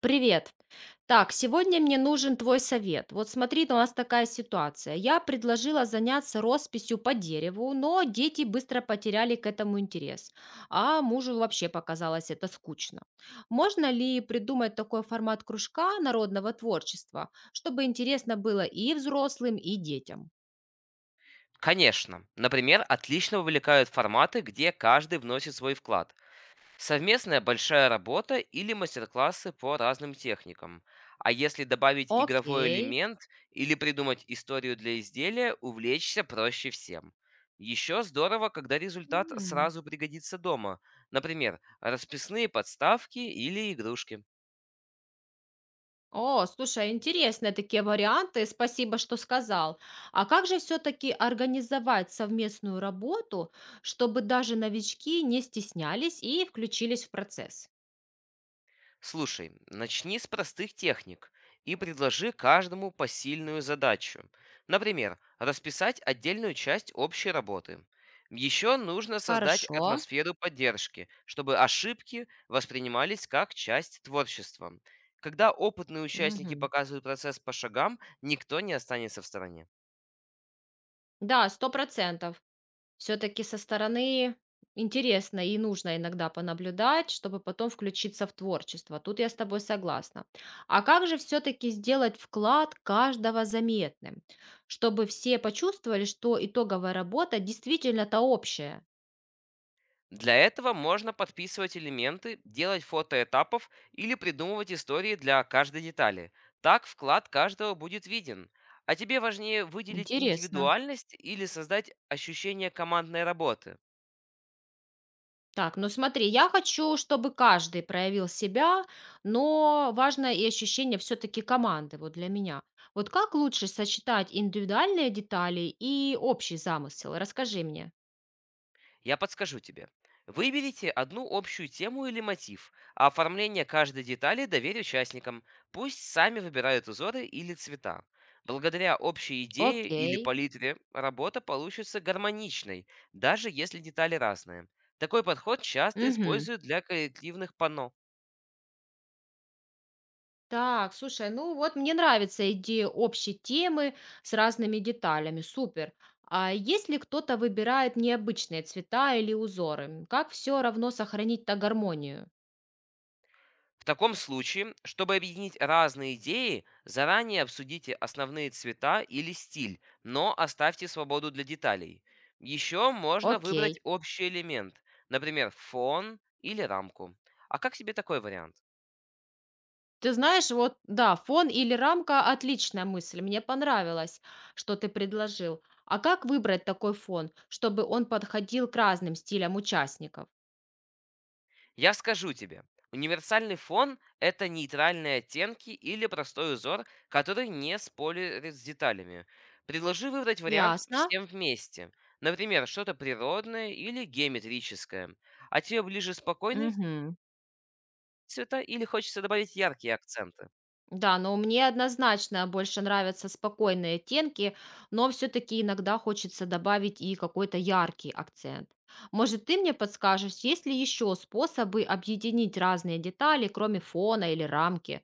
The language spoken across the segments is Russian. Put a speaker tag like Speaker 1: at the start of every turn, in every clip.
Speaker 1: Привет. Так, сегодня мне нужен твой совет. Вот смотри, у нас такая ситуация. Я предложила заняться росписью по дереву, но дети быстро потеряли к этому интерес, а мужу вообще показалось это скучно. Можно ли придумать такой формат кружка народного творчества, чтобы интересно было и взрослым, и детям?
Speaker 2: Конечно. Например, отлично вовлекают форматы, где каждый вносит свой вклад. Совместная большая работа или мастер-классы по разным техникам. А если добавить игровой
Speaker 1: Окей.
Speaker 2: элемент или придумать историю для изделия, увлечься проще всем. Еще здорово, когда результат
Speaker 1: М.
Speaker 2: сразу пригодится дома. Например, расписные подставки или игрушки.
Speaker 1: О, слушай, а интересные такие варианты. Спасибо, что сказал. А как же все-таки организовать совместную работу, чтобы даже новички не стеснялись и включились в процесс?
Speaker 2: Слушай, начни с простых техник и предложи каждому посильную задачу. Например, расписать отдельную часть общей работы. Еще нужно создать
Speaker 1: Хорошо.
Speaker 2: атмосферу поддержки, чтобы ошибки воспринимались как часть творчества. Когда опытные участники
Speaker 1: Мгм.
Speaker 2: показывают процесс по шагам, никто не останется в стороне.
Speaker 1: Да, сто процентов. Все таки со стороны интересно и нужно иногда понаблюдать, чтобы потом включиться в творчество. Тут я с тобой согласна. А как же все таки сделать вклад каждого заметным, чтобы все почувствовали, что итоговая работа действительно-то общая?
Speaker 2: Для этого можно подписывать элементы, делать фото этапов или придумывать истории для каждой детали. Так вклад каждого будет виден. А тебе важнее выделить
Speaker 1: Интересно.
Speaker 2: индивидуальность или создать ощущение командной работы?
Speaker 1: Так, ну смотри, я хочу, чтобы каждый проявил себя, но важно и ощущение все таки команды вот для меня. Вот как лучше сочетать индивидуальные детали и общий замысел? Расскажи мне.
Speaker 2: Я подскажу тебе. Выберите одну общую тему или мотив, а оформление каждой детали доверь участникам. Пусть сами выбирают узоры или цвета. Благодаря общей идее или
Speaker 1: Окей.
Speaker 2: палитре работа получится гармоничной, даже если детали разные. Такой подход часто
Speaker 1: Мгм.
Speaker 2: используют для коллективных панно.
Speaker 1: Так, слушай, ну вот мне нравится идея общей темы с разными деталями. Супер. А если кто-то выбирает необычные цвета или узоры, как все равно сохранить-то гармонию?
Speaker 2: В таком случае, чтобы объединить разные идеи, заранее обсудите основные цвета или стиль, но оставьте свободу для деталей. Еще можно
Speaker 1: Окей.
Speaker 2: выбрать общий элемент, например, фон или рамку. А как тебе такой вариант?
Speaker 1: Ты знаешь, вот да, фон или рамка — отличная мысль. Мне понравилось, что ты предложил. А как выбрать такой фон, чтобы он подходил к разным стилям участников?
Speaker 2: Я скажу тебе, универсальный фон — это нейтральные оттенки или простой узор, который не спорит с деталями. Предложи выбрать вариант
Speaker 1: Ясно.
Speaker 2: всем вместе. Например, что-то природное или геометрическое. А тебе ближе спокойные
Speaker 1: Мгм.
Speaker 2: цвета или хочется добавить яркие акценты?
Speaker 1: Да, но мне однозначно больше нравятся спокойные оттенки, но все-таки иногда хочется добавить и какой-то яркий акцент. Может, ты мне подскажешь, есть ли еще способы объединить разные детали, кроме фона или рамки?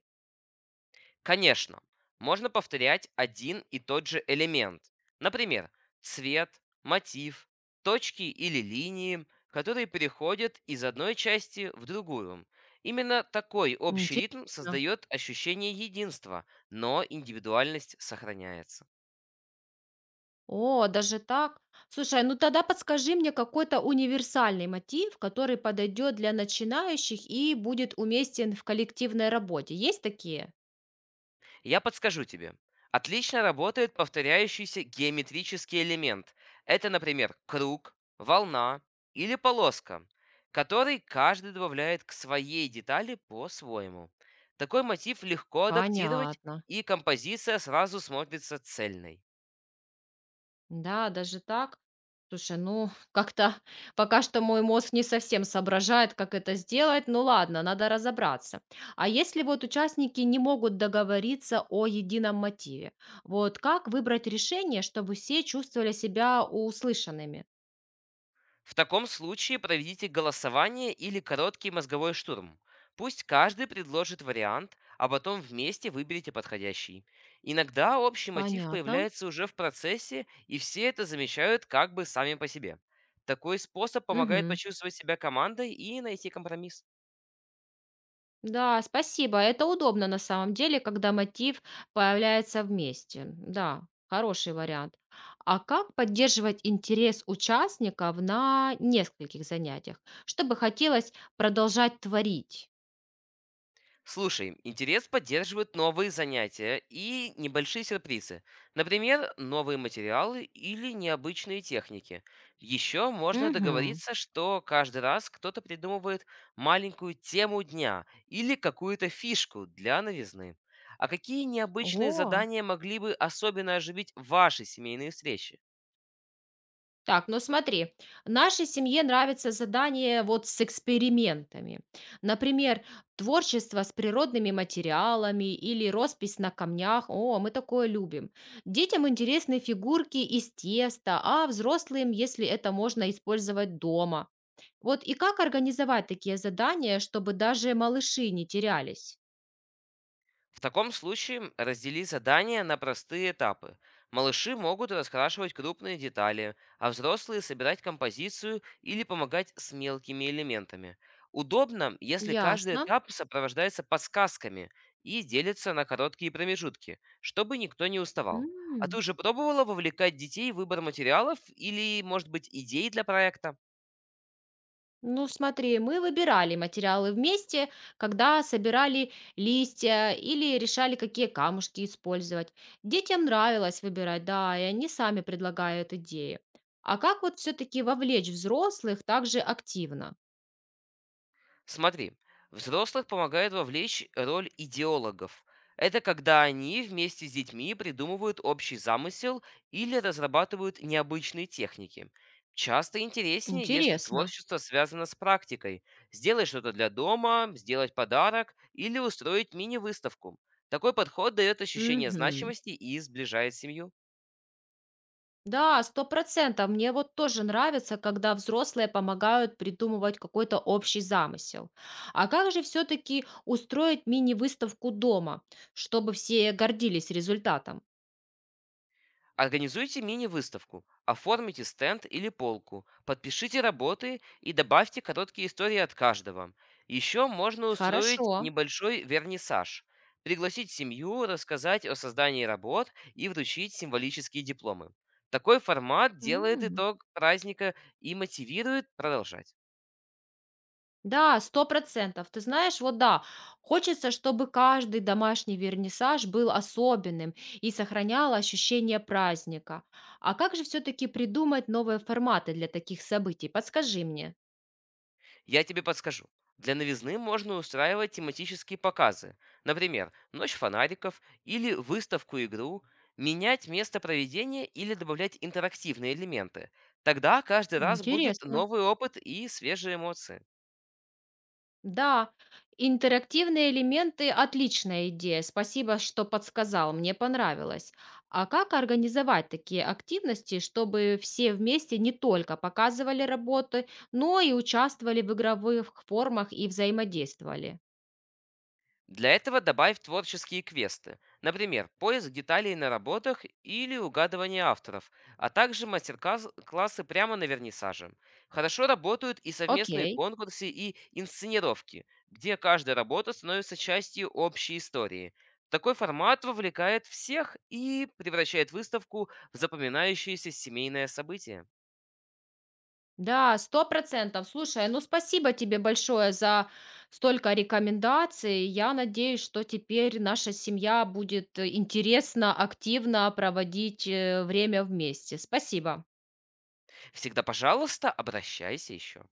Speaker 2: Конечно, можно повторять один и тот же элемент. Например, цвет, мотив, точки или линии, которые переходят из одной части в другую. Именно такой общий ритм
Speaker 1: Интересно.
Speaker 2: создает ощущение единства, но индивидуальность сохраняется.
Speaker 1: О, даже так? Слушай, ну тогда подскажи мне какой-то универсальный мотив, который подойдет для начинающих и будет уместен в коллективной работе. Есть такие?
Speaker 2: Я подскажу тебе. Отлично работает повторяющийся геометрический элемент. Это, например, круг, волна или полоска, который каждый добавляет к своей детали по-своему. Такой мотив легко адаптировать,
Speaker 1: Понятно.
Speaker 2: и композиция сразу смотрится цельной.
Speaker 1: Да, даже так? Слушай, ну, как-то пока что мой мозг не совсем соображает, как это сделать. Ну ладно, надо разобраться. А если вот участники не могут договориться о едином мотиве, вот как выбрать решение, чтобы все чувствовали себя услышанными?
Speaker 2: В таком случае проведите голосование или короткий мозговой штурм. Пусть каждый предложит вариант, а потом вместе выберите подходящий. Иногда общий мотив
Speaker 1: Понятно.
Speaker 2: появляется уже в процессе, и все это замечают как бы сами по себе. Такой способ помогает
Speaker 1: Мгм.
Speaker 2: почувствовать себя командой и найти компромисс.
Speaker 1: Да, спасибо. Это удобно на самом деле, когда мотив появляется вместе. Да, хороший вариант. А как поддерживать интерес участников на нескольких занятиях, чтобы хотелось продолжать творить?
Speaker 2: Слушай, интерес поддерживают новые занятия и небольшие сюрпризы. Например, новые материалы или необычные техники. Еще можно
Speaker 1: Угу.
Speaker 2: договориться, что каждый раз кто-то придумывает маленькую тему дня или какую-то фишку для новизны. А какие необычные
Speaker 1: О,
Speaker 2: задания могли бы особенно оживить ваши семейные встречи?
Speaker 1: так, ну смотри, нашей семье нравится задание вот с экспериментами. Например, творчество с природными материалами или роспись на камнях. О, мы такое любим. Детям интересны фигурки из теста, а взрослым, если это можно использовать дома. Вот и как организовать такие задания, чтобы даже малыши не терялись?
Speaker 2: В таком случае раздели задания на простые этапы. Малыши могут раскрашивать крупные детали, а взрослые собирать композицию или помогать с мелкими элементами. Удобно, если каждый
Speaker 1: Ясно.
Speaker 2: этап сопровождается подсказками и делится на короткие промежутки, чтобы никто не уставал. А ты
Speaker 1: М.
Speaker 2: уже пробовала вовлекать детей в выбор материалов или, может быть, идей для проекта?
Speaker 1: Ну, смотри, мы выбирали материалы вместе, когда собирали листья или решали, какие камушки использовать. Детям нравилось выбирать, да, и они сами предлагают идеи. А как вот все-таки вовлечь взрослых также активно?
Speaker 2: Смотри, взрослых помогает вовлечь роль идеологов. Это когда они вместе с детьми придумывают общий замысел или разрабатывают необычные техники. Часто интереснее, если
Speaker 1: Интересно.
Speaker 2: творчество связано с практикой. Сделать что-то для дома, сделать подарок или устроить мини-выставку. Такой подход дает ощущение
Speaker 1: Мгм.
Speaker 2: значимости и сближает семью.
Speaker 1: Да, сто процентов. Мне вот тоже нравится, когда взрослые помогают придумывать какой-то общий замысел. А как же все-таки устроить мини-выставку дома, чтобы все гордились результатом?
Speaker 2: Организуйте мини-выставку, оформите стенд или полку, подпишите работы и добавьте короткие истории от каждого. Еще можно
Speaker 1: Хорошо.
Speaker 2: устроить небольшой вернисаж, пригласить семью, рассказать о создании работ и вручить символические дипломы. Такой формат делает
Speaker 1: М.
Speaker 2: итог праздника и мотивирует продолжать.
Speaker 1: Да, сто процентов. Ты знаешь, вот да, хочется, чтобы каждый домашний вернисаж был особенным и сохранял ощущение праздника. А как же все-таки придумать новые форматы для таких событий? Подскажи мне.
Speaker 2: Я тебе подскажу. Для новизны можно устраивать тематические показы, например, ночь фонариков или выставку-игру, менять место проведения или добавлять интерактивные элементы. Тогда каждый раз будет
Speaker 1: Интересно.
Speaker 2: новый опыт и свежие эмоции.
Speaker 1: Да, интерактивные элементы — отличная идея. Спасибо, что подсказал, мне понравилось. А как организовать такие активности, чтобы все вместе не только показывали работы, но и участвовали в игровых формах и взаимодействовали?
Speaker 2: Для этого добавь творческие квесты, например, поиск деталей на работах или угадывание авторов, а также мастер-классы прямо на вернисаже. Хорошо работают и совместные
Speaker 1: Окей.
Speaker 2: конкурсы и инсценировки, где каждая работа становится частью общей истории. Такой формат вовлекает всех и превращает выставку в запоминающееся семейное событие.
Speaker 1: Да, сто процентов. Слушай, ну спасибо тебе большое за столько рекомендаций. Я надеюсь, что теперь наша семья будет интересно, активно проводить время вместе. Спасибо.
Speaker 2: Всегда, пожалуйста, обращайся еще.